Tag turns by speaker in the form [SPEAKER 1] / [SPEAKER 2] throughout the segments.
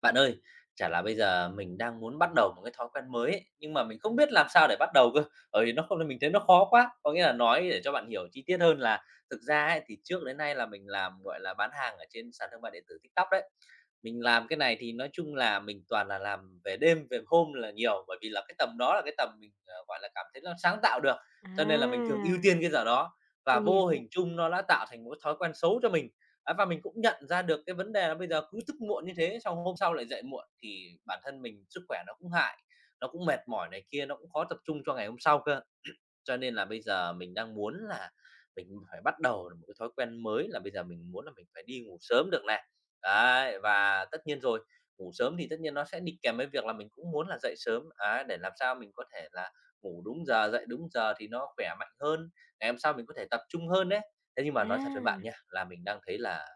[SPEAKER 1] Bạn ơi, chả là bây giờ mình đang muốn bắt đầu một cái thói quen mới ấy, nhưng mà mình không biết làm sao để bắt đầu cơ. Bởi vì nó không mình thấy nó khó quá. Có nghĩa là nói để cho bạn hiểu chi tiết hơn là thực ra ấy, thì trước đến nay là mình làm, gọi là, bán hàng ở trên sàn thương mại điện tử TikTok đấy. Mình làm cái này thì nói chung là mình toàn là làm về đêm, về hôm là nhiều, bởi vì là cái tầm đó là cái tầm mình, gọi là, cảm thấy nó sáng tạo được, cho nên là mình thường
[SPEAKER 2] À.
[SPEAKER 1] ưu tiên cái giờ đó và
[SPEAKER 2] Nguy
[SPEAKER 1] vô
[SPEAKER 2] hiểm.
[SPEAKER 1] hình chung nó đã tạo thành một cái thói quen xấu cho mình. Á, và mình cũng nhận ra được cái vấn đề là bây giờ cứ thức muộn như thế, xong hôm sau lại dậy muộn thì bản thân mình sức khỏe nó cũng hại, nó cũng mệt mỏi này kia, nó cũng khó tập trung cho ngày hôm sau cơ. Cho nên là bây giờ mình đang muốn là mình phải bắt đầu một cái thói quen mới là bây giờ mình muốn là mình phải đi ngủ sớm được này. Đấy, và tất nhiên rồi, ngủ sớm thì tất nhiên nó sẽ đi kèm với việc là mình cũng muốn là dậy sớm, á, để làm sao mình có thể là ngủ đúng giờ, dậy đúng giờ thì nó khỏe mạnh hơn, ngày hôm sau mình có thể tập trung hơn đấy. Thế nhưng mà nói thật với bạn
[SPEAKER 2] À,
[SPEAKER 1] nha, là mình đang thấy là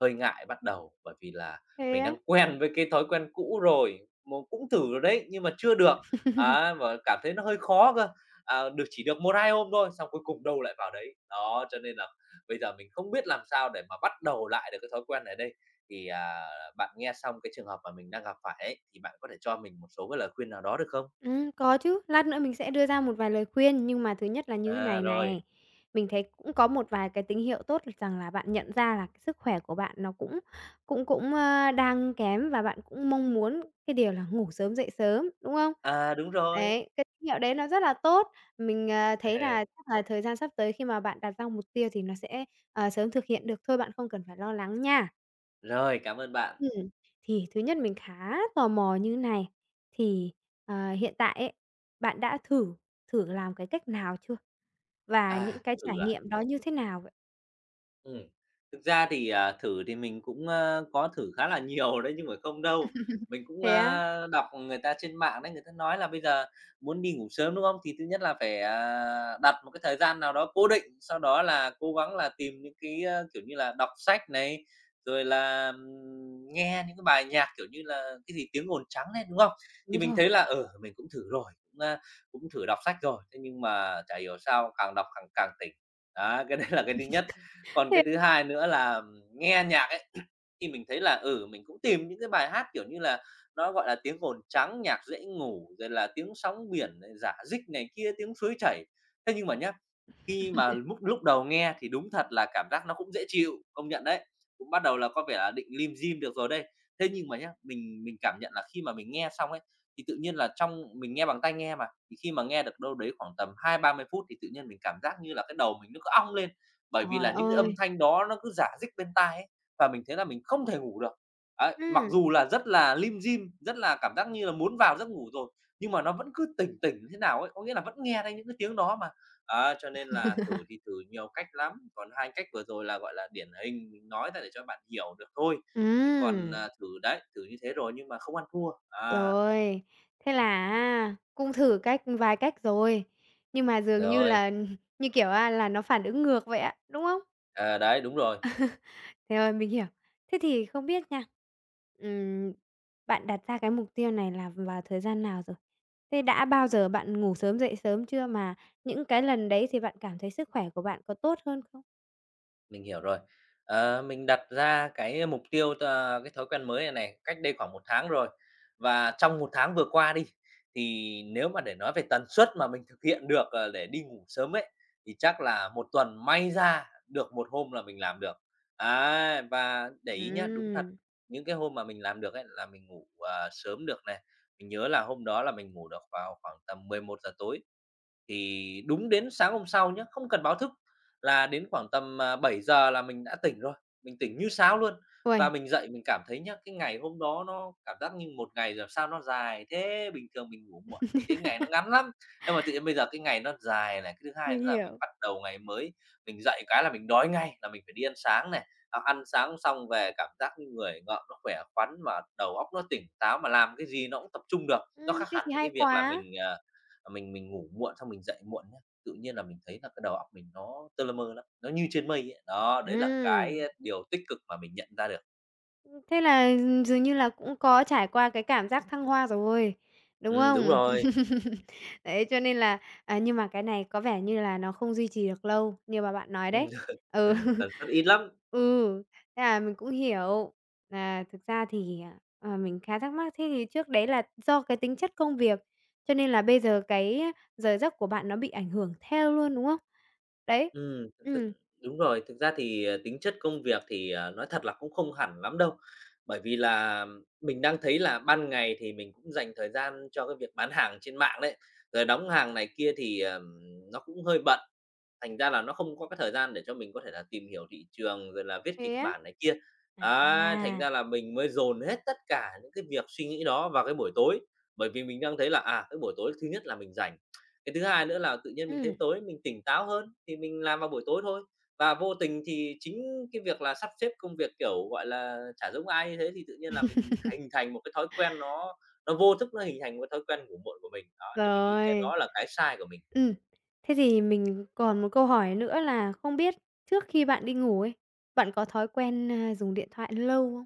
[SPEAKER 1] hơi ngại bắt đầu, bởi vì là
[SPEAKER 2] thế
[SPEAKER 1] mình
[SPEAKER 2] á?
[SPEAKER 1] đang quen với cái thói quen cũ rồi, mô cũng thử rồi đấy, nhưng mà chưa được, á, và cảm thấy nó hơi khó cơ, được chỉ được một 2 hôm thôi, xong cuối cùng đâu lại vào đấy. Đó, cho nên là bây giờ mình không biết làm sao để mà bắt đầu lại được cái thói quen này đây. Thì, bạn nghe xong cái trường hợp mà mình đang gặp phải ấy, thì bạn có thể cho mình một số cái lời khuyên nào đó được không?
[SPEAKER 2] Có chứ, lát nữa mình sẽ đưa ra một vài lời khuyên, nhưng mà thứ nhất là như thế
[SPEAKER 1] À,
[SPEAKER 2] này
[SPEAKER 1] rồi,
[SPEAKER 2] này, mình thấy cũng có một vài cái tín hiệu tốt rằng là bạn nhận ra là cái sức khỏe của bạn nó cũng cũng cũng, ơ, đang kém và bạn cũng mong muốn cái điều là ngủ sớm dậy sớm, đúng không?
[SPEAKER 1] à, đúng rồi.
[SPEAKER 2] Đấy, cái tín hiệu đấy nó rất là tốt. Mình, thấy là chắc là thời gian sắp tới khi mà bạn đặt ra mục tiêu thì nó sẽ, sớm thực hiện được thôi, bạn không cần phải lo lắng nha.
[SPEAKER 1] Rồi, cảm ơn bạn.
[SPEAKER 2] Ừm, thì thứ nhất mình khá tò mò như này, thì, hiện tại ấy, bạn đã thử thử làm cái cách nào chưa? Và những
[SPEAKER 1] À,
[SPEAKER 2] cái
[SPEAKER 1] thử,
[SPEAKER 2] trải
[SPEAKER 1] à
[SPEAKER 2] nghiệm đó như thế nào vậy?
[SPEAKER 1] Ừm, thực ra thì, thử thì mình cũng, có thử khá là nhiều đấy nhưng mà không đâu. Mình cũng,
[SPEAKER 2] Thế á?
[SPEAKER 1] đọc người ta trên mạng đấy, người ta nói là bây giờ muốn đi ngủ sớm, đúng không? Thì thứ nhất là phải, đặt một cái thời gian nào đó cố định, sau đó là cố gắng là tìm những cái, kiểu như là, đọc sách này, rồi là, nghe những cái bài nhạc, kiểu như là, cái gì "Tiếng ồn trắng" này đúng không?
[SPEAKER 2] Đúng
[SPEAKER 1] Thì mình
[SPEAKER 2] rồi.
[SPEAKER 1] thấy là, mình cũng thử rồi, cũng, cũng thử đọc sách rồi, thế nhưng mà chả hiểu sao càng đọc càng càng tỉnh. Á, cái đấy là cái thứ nhất. Còn
[SPEAKER 2] Thế
[SPEAKER 1] cái thứ hai nữa là nghe nhạc ấy, thì mình thấy là, mình cũng tìm những cái bài hát, kiểu như là, nó, gọi là, tiếng ồn trắng, nhạc dễ ngủ, rồi là tiếng sóng biển này, rả rích này kia, tiếng suối chảy. Thế nhưng mà nhá, khi mà lúc lúc đầu nghe thì đúng thật là cảm giác nó cũng dễ chịu, công nhận đấy, cũng bắt đầu là có vẻ là định lim dim được rồi đây. Thế nhưng mà nhá, mình cảm nhận là khi mà mình nghe xong ấy, thì tự nhiên là trong mình nghe bằng tai nghe mà, thì khi mà nghe được đâu đấy khoảng tầm 20-30 phút thì tự nhiên mình cảm giác như là cái đầu mình nó cứ ong lên, bởi vì
[SPEAKER 2] trời
[SPEAKER 1] là những cái âm
[SPEAKER 2] ơi!
[SPEAKER 1] thanh đó nó cứ rả rích bên tai ấy, và mình thấy là mình không thể ngủ được. Ấy, mặc
[SPEAKER 2] Ừm,
[SPEAKER 1] dù là rất là lim dim, rất là cảm giác như là muốn vào giấc ngủ rồi, nhưng mà nó vẫn cứ tỉnh tỉnh thế nào ấy, có nghĩa là vẫn nghe thấy những cái tiếng đó mà. Á, cho nên là thử thì thử nhiều cách lắm, còn 2 cách vừa rồi là, gọi là, điển hình mình nói ra để cho bạn hiểu được thôi, chứ còn,
[SPEAKER 2] ừm,
[SPEAKER 1] thử đấy, thử như thế rồi nhưng mà không ăn thua. À,
[SPEAKER 2] rồi, thế là á cũng thử cách vài cách rồi, nhưng mà dường như
[SPEAKER 1] rồi,
[SPEAKER 2] là, như kiểu á, là nó phản ứng ngược vậy á, đúng không?
[SPEAKER 1] à, đấy, đúng rồi.
[SPEAKER 2] Thế rồi, mình hiểu. Thế thì không biết nha, ừm, bạn đặt ra cái mục tiêu này là vào thời gian nào rồi? Thế đã bao giờ bạn ngủ sớm, dậy sớm chưa? Mà những cái lần đấy thì bạn cảm thấy sức khỏe của bạn có tốt hơn không?
[SPEAKER 1] Mình hiểu rồi. Mình đặt ra cái mục tiêu, cái thói quen mới này này cách đây khoảng một tháng rồi. Và trong một tháng vừa qua đi, thì nếu mà để nói về tần suất mà mình thực hiện được, để đi ngủ sớm ấy, thì chắc là một tuần may ra được một hôm là mình làm được. Ấy, và để ý nhá, đúng thật,
[SPEAKER 2] Ừm,
[SPEAKER 1] những cái hôm mà mình làm được ấy là mình ngủ, sớm được này. Mình nhớ là hôm đó là mình ngủ được vào khoảng tầm 11 giờ tối, thì đúng đến sáng hôm sau nhé, không cần báo thức là đến khoảng tầm, 7 giờ là mình đã tỉnh rồi, mình tỉnh như sáo luôn. Và
[SPEAKER 2] uầy,
[SPEAKER 1] mình dậy mình cảm thấy nhá, cái ngày hôm đó nó cảm giác như một ngày làm sao nó dài thế, bình thường mình ngủ muộn mình thấy ngày nó ngắn lắm, nhưng mà tự nhiên bây giờ cái ngày nó dài này. Cái thứ hai
[SPEAKER 2] mình
[SPEAKER 1] nữa là mình
[SPEAKER 2] hiểu.
[SPEAKER 1] bắt đầu ngày mới, mình dậy cái là mình đói ngay, là mình phải đi ăn sáng này, ăn sáng xong về cảm giác như người ngợm, nó khỏe khoắn và đầu óc nó tỉnh táo mà làm cái gì nó cũng tập trung được. Nó khác
[SPEAKER 2] Thế
[SPEAKER 1] hẳn
[SPEAKER 2] thì
[SPEAKER 1] với
[SPEAKER 2] hay
[SPEAKER 1] cái việc là
[SPEAKER 2] quá.
[SPEAKER 1] mình, mình ngủ muộn xong mình dậy muộn nhá, tự nhiên là mình thấy là cái đầu óc mình nó tơ lơ mơ lắm, nó như trên mây ấy. Đó, đấy là cái,
[SPEAKER 2] Ừm.
[SPEAKER 1] điều tích cực mà mình nhận ra được.
[SPEAKER 2] Thế là dường như là cũng có trải qua cái cảm giác thăng hoa rồi, đúng
[SPEAKER 1] Đúng
[SPEAKER 2] không?
[SPEAKER 1] rồi.
[SPEAKER 2] Đấy, cho nên là nhưng mà cái này có vẻ như là nó không duy trì được lâu như mà bạn nói đấy. Ừ.
[SPEAKER 1] ừm, tần suất ít lắm.
[SPEAKER 2] Ừ, thế là mình cũng hiểu là thực ra thì, mình khá thắc mắc, thế thì trước đấy là do cái tính chất công việc, cho nên là bây giờ cái giờ giấc của bạn nó bị ảnh hưởng theo luôn, đúng không? Đấy,
[SPEAKER 1] Ừ thực sự
[SPEAKER 2] ừ,
[SPEAKER 1] đúng rồi, thực ra thì, tính chất công việc thì, nói thật là cũng không hẳn lắm đâu. Bởi vì là mình đang thấy là ban ngày thì mình cũng dành thời gian cho cái việc bán hàng trên mạng đấy, rồi đóng hàng này kia thì, nó cũng hơi bận, thành ra là nó không có cái thời gian để cho mình có thể là tìm hiểu thị trường rồi là viết
[SPEAKER 2] thế
[SPEAKER 1] kịch
[SPEAKER 2] á.
[SPEAKER 1] bản này kia. Ấy, thành
[SPEAKER 2] À,
[SPEAKER 1] ra là mình mới dồn hết tất cả những cái việc suy nghĩ đó vào cái buổi tối, bởi vì mình đang thấy là, cái buổi tối thứ nhất là mình rảnh. Cái thứ hai nữa là tự nhiên mình
[SPEAKER 2] ừ.
[SPEAKER 1] thấy tối mình tỉnh táo hơn thì mình làm vào buổi tối thôi. Và vô tình thì chính cái việc là sắp xếp công việc, kiểu, gọi là, chả giống ai như thế thì tự nhiên là mình hình thành một cái thói quen nó vô thức nó hình thành một cái thói quen ngủ muộn của mình. Đó, thì mình nghĩ cái
[SPEAKER 2] Rồi.
[SPEAKER 1] đó là cái sai của mình.
[SPEAKER 2] Ừm. Thế thì mình còn một câu hỏi nữa là không biết trước khi bạn đi ngủ ấy, bạn có thói quen, dùng điện thoại lâu không?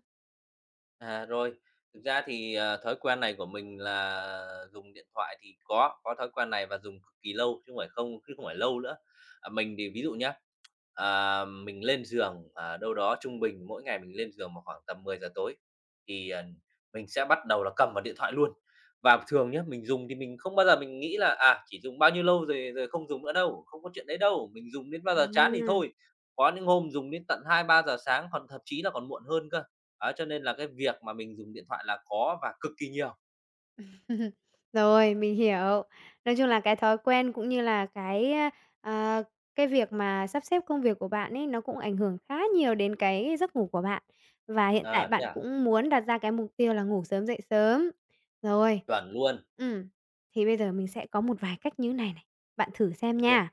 [SPEAKER 1] À, rồi, thực ra thì, thói quen này của mình là dùng điện thoại thì có thói quen này và dùng cực kỳ lâu chứ không phải không chứ không phải lâu nữa. À, mình thì ví dụ nhá, mình lên giường, đâu đó trung bình mỗi ngày mình lên giường vào khoảng tầm 10 giờ tối thì, mình sẽ bắt đầu là cầm vào điện thoại luôn. Và thường nhá, mình dùng thì mình không bao giờ mình nghĩ là, chỉ dùng bao nhiêu lâu rồi rồi không dùng nữa đâu, không có chuyện đấy đâu, mình dùng đến bao giờ chán thì
[SPEAKER 2] À.
[SPEAKER 1] thôi. Có những hôm dùng đến tận 2-3 giờ sáng, còn thậm chí là còn muộn hơn cơ. Á, cho nên là cái việc mà mình dùng điện thoại là có và cực kỳ nhiều.
[SPEAKER 2] Rồi, mình hiểu. Nói chung là cái thói quen cũng như là cái, à, cái việc mà sắp xếp công việc của bạn ấy, nó cũng ảnh hưởng khá nhiều đến cái giấc ngủ của bạn. Và hiện tại
[SPEAKER 1] À, thế
[SPEAKER 2] bạn
[SPEAKER 1] à?
[SPEAKER 2] cũng muốn đặt ra cái mục tiêu là ngủ sớm dậy sớm. Rồi,
[SPEAKER 1] Chuẩn luôn.
[SPEAKER 2] ừm, thì bây giờ mình sẽ có một vài cách như này này, bạn thử xem
[SPEAKER 1] Ok kê.
[SPEAKER 2] nha.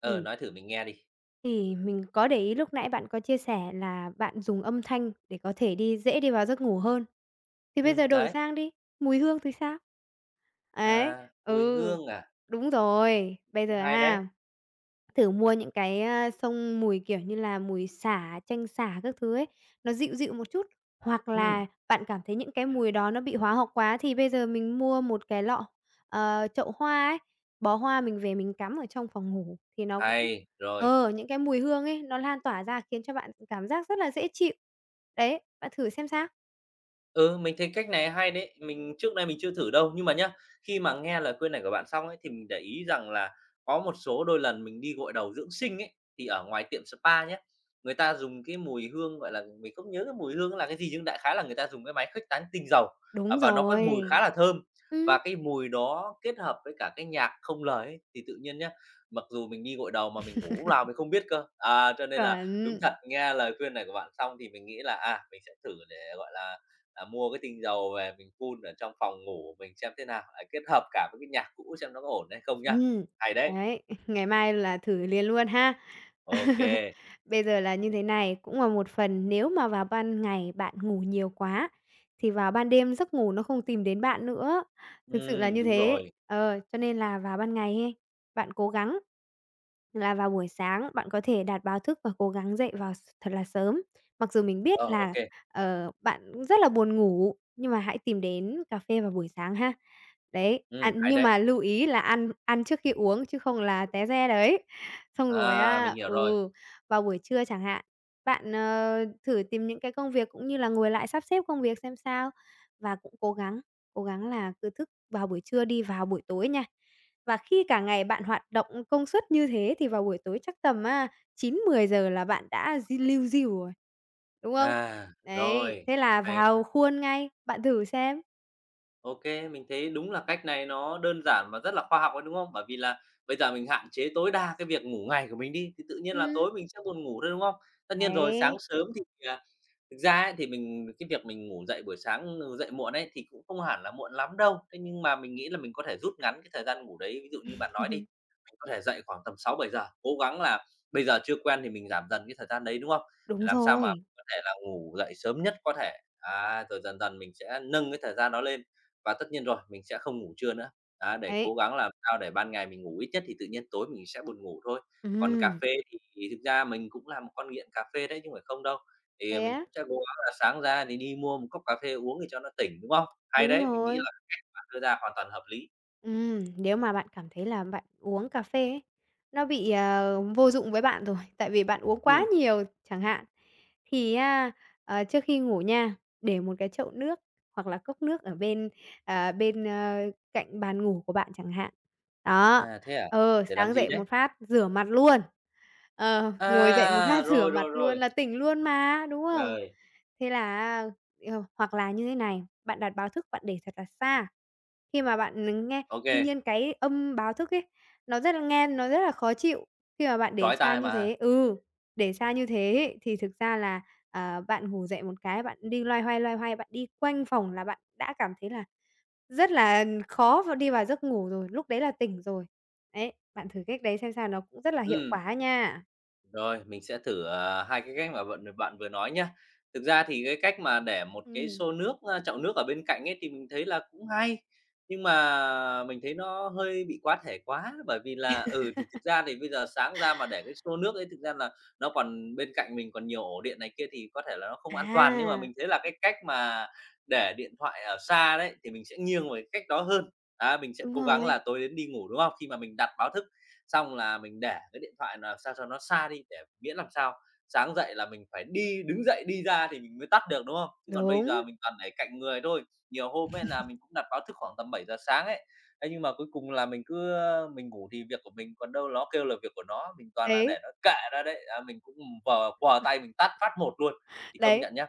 [SPEAKER 1] Ờ,
[SPEAKER 2] Ừm.
[SPEAKER 1] nói thử mình nghe đi.
[SPEAKER 2] Thì mình có để ý lúc nãy bạn có chia sẻ là bạn dùng âm thanh để có thể dễ đi vào giấc ngủ hơn. Thì bây giờ đổi
[SPEAKER 1] Đấy,
[SPEAKER 2] sang đi. Mùi hương thì sao? Ấy,
[SPEAKER 1] mùi
[SPEAKER 2] ừ,
[SPEAKER 1] hương à?
[SPEAKER 2] đúng rồi. Bây
[SPEAKER 1] Cũng
[SPEAKER 2] giờ
[SPEAKER 1] hay đấy.
[SPEAKER 2] ha, thử mua những cái, xông mùi, kiểu như là, mùi sả, chanh sả các thứ ấy, nó dịu dịu một chút, hoặc
[SPEAKER 1] Ừm,
[SPEAKER 2] là bạn cảm thấy những cái mùi đó nó bị hóa học quá thì bây giờ mình mua một cái lọ, chậu hoa ấy, bó hoa mình về mình cắm ở trong phòng ngủ thì nó cũng
[SPEAKER 1] hay, rồi.
[SPEAKER 2] những cái mùi hương ấy nó lan tỏa ra khiến cho bạn cảm giác rất là dễ chịu. Đấy, bạn thử xem sao.
[SPEAKER 1] Ừ, mình thấy cách này hay đấy, mình trước đây mình chưa thử đâu. Nhưng mà nhá, khi mà nghe lời khuyên này của bạn xong ấy, thì mình để ý rằng là có một số đôi lần mình đi gội đầu dưỡng sinh ấy, thì ở ngoài tiệm spa nhé người ta dùng cái mùi hương, gọi là, mình không nhớ cái mùi hương là cái gì, nhưng đại khái là người ta dùng cái máy khuếch tán tinh dầu, à,
[SPEAKER 2] Đúng
[SPEAKER 1] và nó có cái mùi
[SPEAKER 2] rồi.
[SPEAKER 1] khá là thơm. Và
[SPEAKER 2] Ừ.
[SPEAKER 1] cái mùi đó kết hợp với cả cái nhạc không lời ấy, thì tự nhiên nhá, mặc dù mình đi gội đầu mà mình ngủ lúc nào mình không biết cơ. À, cho nên là đúng
[SPEAKER 2] Chuẩn.
[SPEAKER 1] thật, nghe lời khuyên này của bạn xong thì mình nghĩ là, à, mình sẽ thử để, gọi là mua cái tinh dầu về mình phun ở trong phòng ngủ của mình xem thế nào, lại kết hợp cả với cái nhạc cũ xem nó có ổn hay không nhá.
[SPEAKER 2] Ừm.
[SPEAKER 1] Hay đấy,
[SPEAKER 2] Đấy, ngày mai là thử liền luôn ha.
[SPEAKER 1] ok, kê,
[SPEAKER 2] Bây giờ là như thế này, cũng là một phần nếu mà vào ban ngày bạn ngủ nhiều quá, thì vào ban đêm giấc ngủ nó không tìm đến bạn nữa, thực sự là như
[SPEAKER 1] đúng
[SPEAKER 2] thế.
[SPEAKER 1] rồi,
[SPEAKER 2] Ờ, cho nên là vào ban ngày hen, bạn cố gắng là vào buổi sáng bạn có thể đặt báo thức và cố gắng dậy vào thật là sớm. Mặc dù mình biết
[SPEAKER 1] ờ, ô
[SPEAKER 2] là,
[SPEAKER 1] kê,
[SPEAKER 2] bạn cũng rất là buồn ngủ, nhưng mà hãy tìm đến cà phê vào buổi sáng ha. Đấy, ăn
[SPEAKER 1] hay
[SPEAKER 2] nhưng mà
[SPEAKER 1] đấy,
[SPEAKER 2] lưu ý là ăn ăn trước khi uống chứ không là té re đấy. Xong rồi
[SPEAKER 1] à, mình
[SPEAKER 2] á,
[SPEAKER 1] hiểu rồi,
[SPEAKER 2] ừ, vào buổi trưa chẳng hạn, bạn, thử tìm những cái công việc cũng như là ngồi lại sắp xếp công việc xem sao và cố gắng là cứ thức vào buổi trưa đi, vào buổi tối nha. Và khi cả ngày bạn hoạt động công suất như thế thì vào buổi tối chắc tầm á chín mười giờ là bạn đã di liu diu rồi, đúng không?
[SPEAKER 1] à,
[SPEAKER 2] Đấy,
[SPEAKER 1] rồi,
[SPEAKER 2] thế là
[SPEAKER 1] hay.
[SPEAKER 2] vào khuôn ngay, bạn thử xem.
[SPEAKER 1] Ô, mình thấy đúng là cách này nó đơn giản và rất là khoa học đấy, đúng không? Bởi vì là bây giờ mình hạn chế tối đa cái việc ngủ ngày của mình đi, thì tự nhiên là
[SPEAKER 2] Ừm,
[SPEAKER 1] tối mình sẽ buồn ngủ thôi, đúng không? Tất nhiên rồi sáng
[SPEAKER 2] đấy,
[SPEAKER 1] sớm thì, à, thực ra ấy thì mình cái việc mình ngủ dậy buổi sáng, ừ, dậy muộn ấy, thì cũng không hẳn là muộn lắm đâu. Thế nhưng mà mình nghĩ là mình có thể rút ngắn cái thời gian ngủ đấy. Ví dụ như bạn nói đi, mình có thể dậy khoảng tầm sáu bảy giờ cố gắng là bây giờ chưa quen thì mình giảm dần cái thời gian đấy, đúng không? Để
[SPEAKER 2] đúng
[SPEAKER 1] làm sao mà
[SPEAKER 2] rồi,
[SPEAKER 1] có thể là ngủ dậy sớm nhất có thể. Á, rồi dần dần mình sẽ nâng cái thời gian đó lên và tất nhiên rồi, mình sẽ không ngủ trưa nữa. Á, để
[SPEAKER 2] đấy,
[SPEAKER 1] cố gắng làm sao để ban ngày mình ngủ ít nhất thì tự nhiên tối mình sẽ buồn ngủ thôi. Còn cà
[SPEAKER 2] ừm,
[SPEAKER 1] phê thì thực ra mình cũng là một con nghiện cà phê đấy chứ không phải không đâu. Thì, à,
[SPEAKER 2] thế
[SPEAKER 1] mình
[SPEAKER 2] á,
[SPEAKER 1] cũng sẽ cố gắng là sáng ra thì đi mua một cốc cà phê uống để cho nó tỉnh, đúng không? Hay
[SPEAKER 2] đúng
[SPEAKER 1] đấy, mình nghĩ
[SPEAKER 2] rồi.
[SPEAKER 1] là bạn đưa ra hoàn toàn hợp lý.
[SPEAKER 2] Nếu mà bạn cảm thấy là bạn uống cà phê ấy, nó bị, vô dụng với bạn rồi, tại vì bạn uống quá
[SPEAKER 1] Ừm,
[SPEAKER 2] nhiều chẳng hạn, thì á, trước khi ngủ nha, để một cái chậu nước hoặc là cốc nước ở bên, à, bên, ơ, cạnh bàn ngủ của bạn chẳng hạn. Đó,
[SPEAKER 1] à, thế à? Để làm
[SPEAKER 2] sáng
[SPEAKER 1] gì
[SPEAKER 2] dậy
[SPEAKER 1] đấy?
[SPEAKER 2] một phát rửa mặt luôn, ngồi dậy một
[SPEAKER 1] À,
[SPEAKER 2] phát rửa
[SPEAKER 1] rồi,
[SPEAKER 2] mặt
[SPEAKER 1] rồi,
[SPEAKER 2] luôn
[SPEAKER 1] rồi.
[SPEAKER 2] là tỉnh luôn mà, đúng không?
[SPEAKER 1] Trời,
[SPEAKER 2] Thế là hoặc là như thế này, bạn đặt báo thức bạn để thật là xa, khi mà bạn, nghe tuy
[SPEAKER 1] ok,
[SPEAKER 2] nhiên cái âm báo thức ấy, nó rất là nghe nó rất là khó chịu, khi mà bạn để
[SPEAKER 1] chói
[SPEAKER 2] xa
[SPEAKER 1] tai
[SPEAKER 2] như
[SPEAKER 1] mà.
[SPEAKER 2] thế ừ, để xa như thế ấy, thì thực ra là, bạn ngủ dậy một cái bạn đi loay hoay, bạn đi quanh phòng là bạn đã cảm thấy là rất là khó và đi vào giấc ngủ rồi, lúc đấy là tỉnh rồi. Đấy, bạn thử cách đấy xem sao, nó cũng rất là hiệu
[SPEAKER 1] Ừm.
[SPEAKER 2] quả nha.
[SPEAKER 1] Rồi, mình sẽ thử, 2 cái cách mà bạn bạn vừa nói nhá. Thực ra thì cái cách mà để một cái
[SPEAKER 2] Ừm.
[SPEAKER 1] xô nước, a, chậu nước ở bên cạnh ấy thì mình thấy là cũng hay, nhưng mà mình thấy nó hơi bị quá thể quá, bởi vì là, ừ, thì thực ra thì bây giờ sáng ra mà để cái xô nước ấy thực ra là nó còn bên cạnh mình còn nhiều ổ điện này kia thì có thể là nó không an toàn, nhưng mà
[SPEAKER 2] À,
[SPEAKER 1] mình thấy là cái cách mà để điện thoại ở xa đấy thì mình sẽ nghiêng về cái cách đó hơn. À, mình sẽ
[SPEAKER 2] đúng
[SPEAKER 1] cố gắng
[SPEAKER 2] rồi,
[SPEAKER 1] là tối đến đi ngủ, đúng không? Khi mà mình đặt báo thức xong là mình để cái điện thoại là sao cho nó xa đi để miễn làm sao sáng dậy là mình phải đi đứng dậy đi ra thì mình mới tắt được, đúng không? Chứ còn bây
[SPEAKER 2] đúng,
[SPEAKER 1] giờ mình toàn để cạnh người thôi. Nhiều hôm ấy là mình cũng đặt báo thức khoảng tầm 7 giờ sáng ấy, thế nhưng mà cuối cùng là mình cứ, mình ngủ thì việc của mình, còn đâu nó kêu là việc của nó, mình toàn là
[SPEAKER 2] đấy.
[SPEAKER 1] để nó kệ ra đấy, à, mình cũng vờ quờ tay mình tắt phát một luôn, thì công
[SPEAKER 2] Đấy.
[SPEAKER 1] nhận nhá,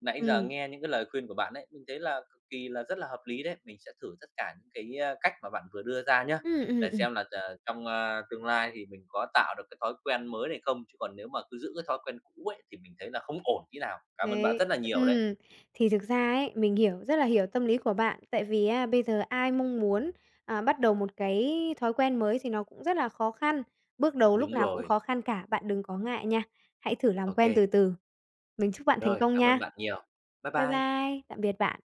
[SPEAKER 1] nãy giờ
[SPEAKER 2] Ừm,
[SPEAKER 1] nghe những cái lời khuyên của bạn ấy, mình thấy là cực kỳ là rất là hợp lý đấy. Mình sẽ thử tất cả những cái, a, cách mà bạn vừa đưa ra nhá,
[SPEAKER 2] ừm, ừm,
[SPEAKER 1] để
[SPEAKER 2] ừm,
[SPEAKER 1] xem là, ờ, trong, a, tương lai thì mình có tạo được cái thói quen mới này không, chứ còn nếu mà cứ giữ cái thói quen cũ ấy thì mình thấy là không ổn tí nào. Cảm ơn bạn
[SPEAKER 2] đấy,
[SPEAKER 1] rất là nhiều đấy.
[SPEAKER 2] ừm, thì thực ra ấy, mình hiểu, rất là hiểu tâm lý của bạn, tại vì á bây giờ ai mong muốn, bắt đầu một cái thói quen mới thì nó cũng rất là khó khăn, bước đầu lúc
[SPEAKER 1] Đúng
[SPEAKER 2] nào cũng
[SPEAKER 1] rồi.
[SPEAKER 2] khó khăn cả, bạn đừng có ngại nha, hãy thử làm quen từ
[SPEAKER 1] Ok,
[SPEAKER 2] từ. Mình chúc bạn thành
[SPEAKER 1] rồi,
[SPEAKER 2] công
[SPEAKER 1] cảm ơn
[SPEAKER 2] nha.
[SPEAKER 1] bạn nhiều. Bye
[SPEAKER 2] Bye
[SPEAKER 1] bye.
[SPEAKER 2] bye, tạm biệt bạn.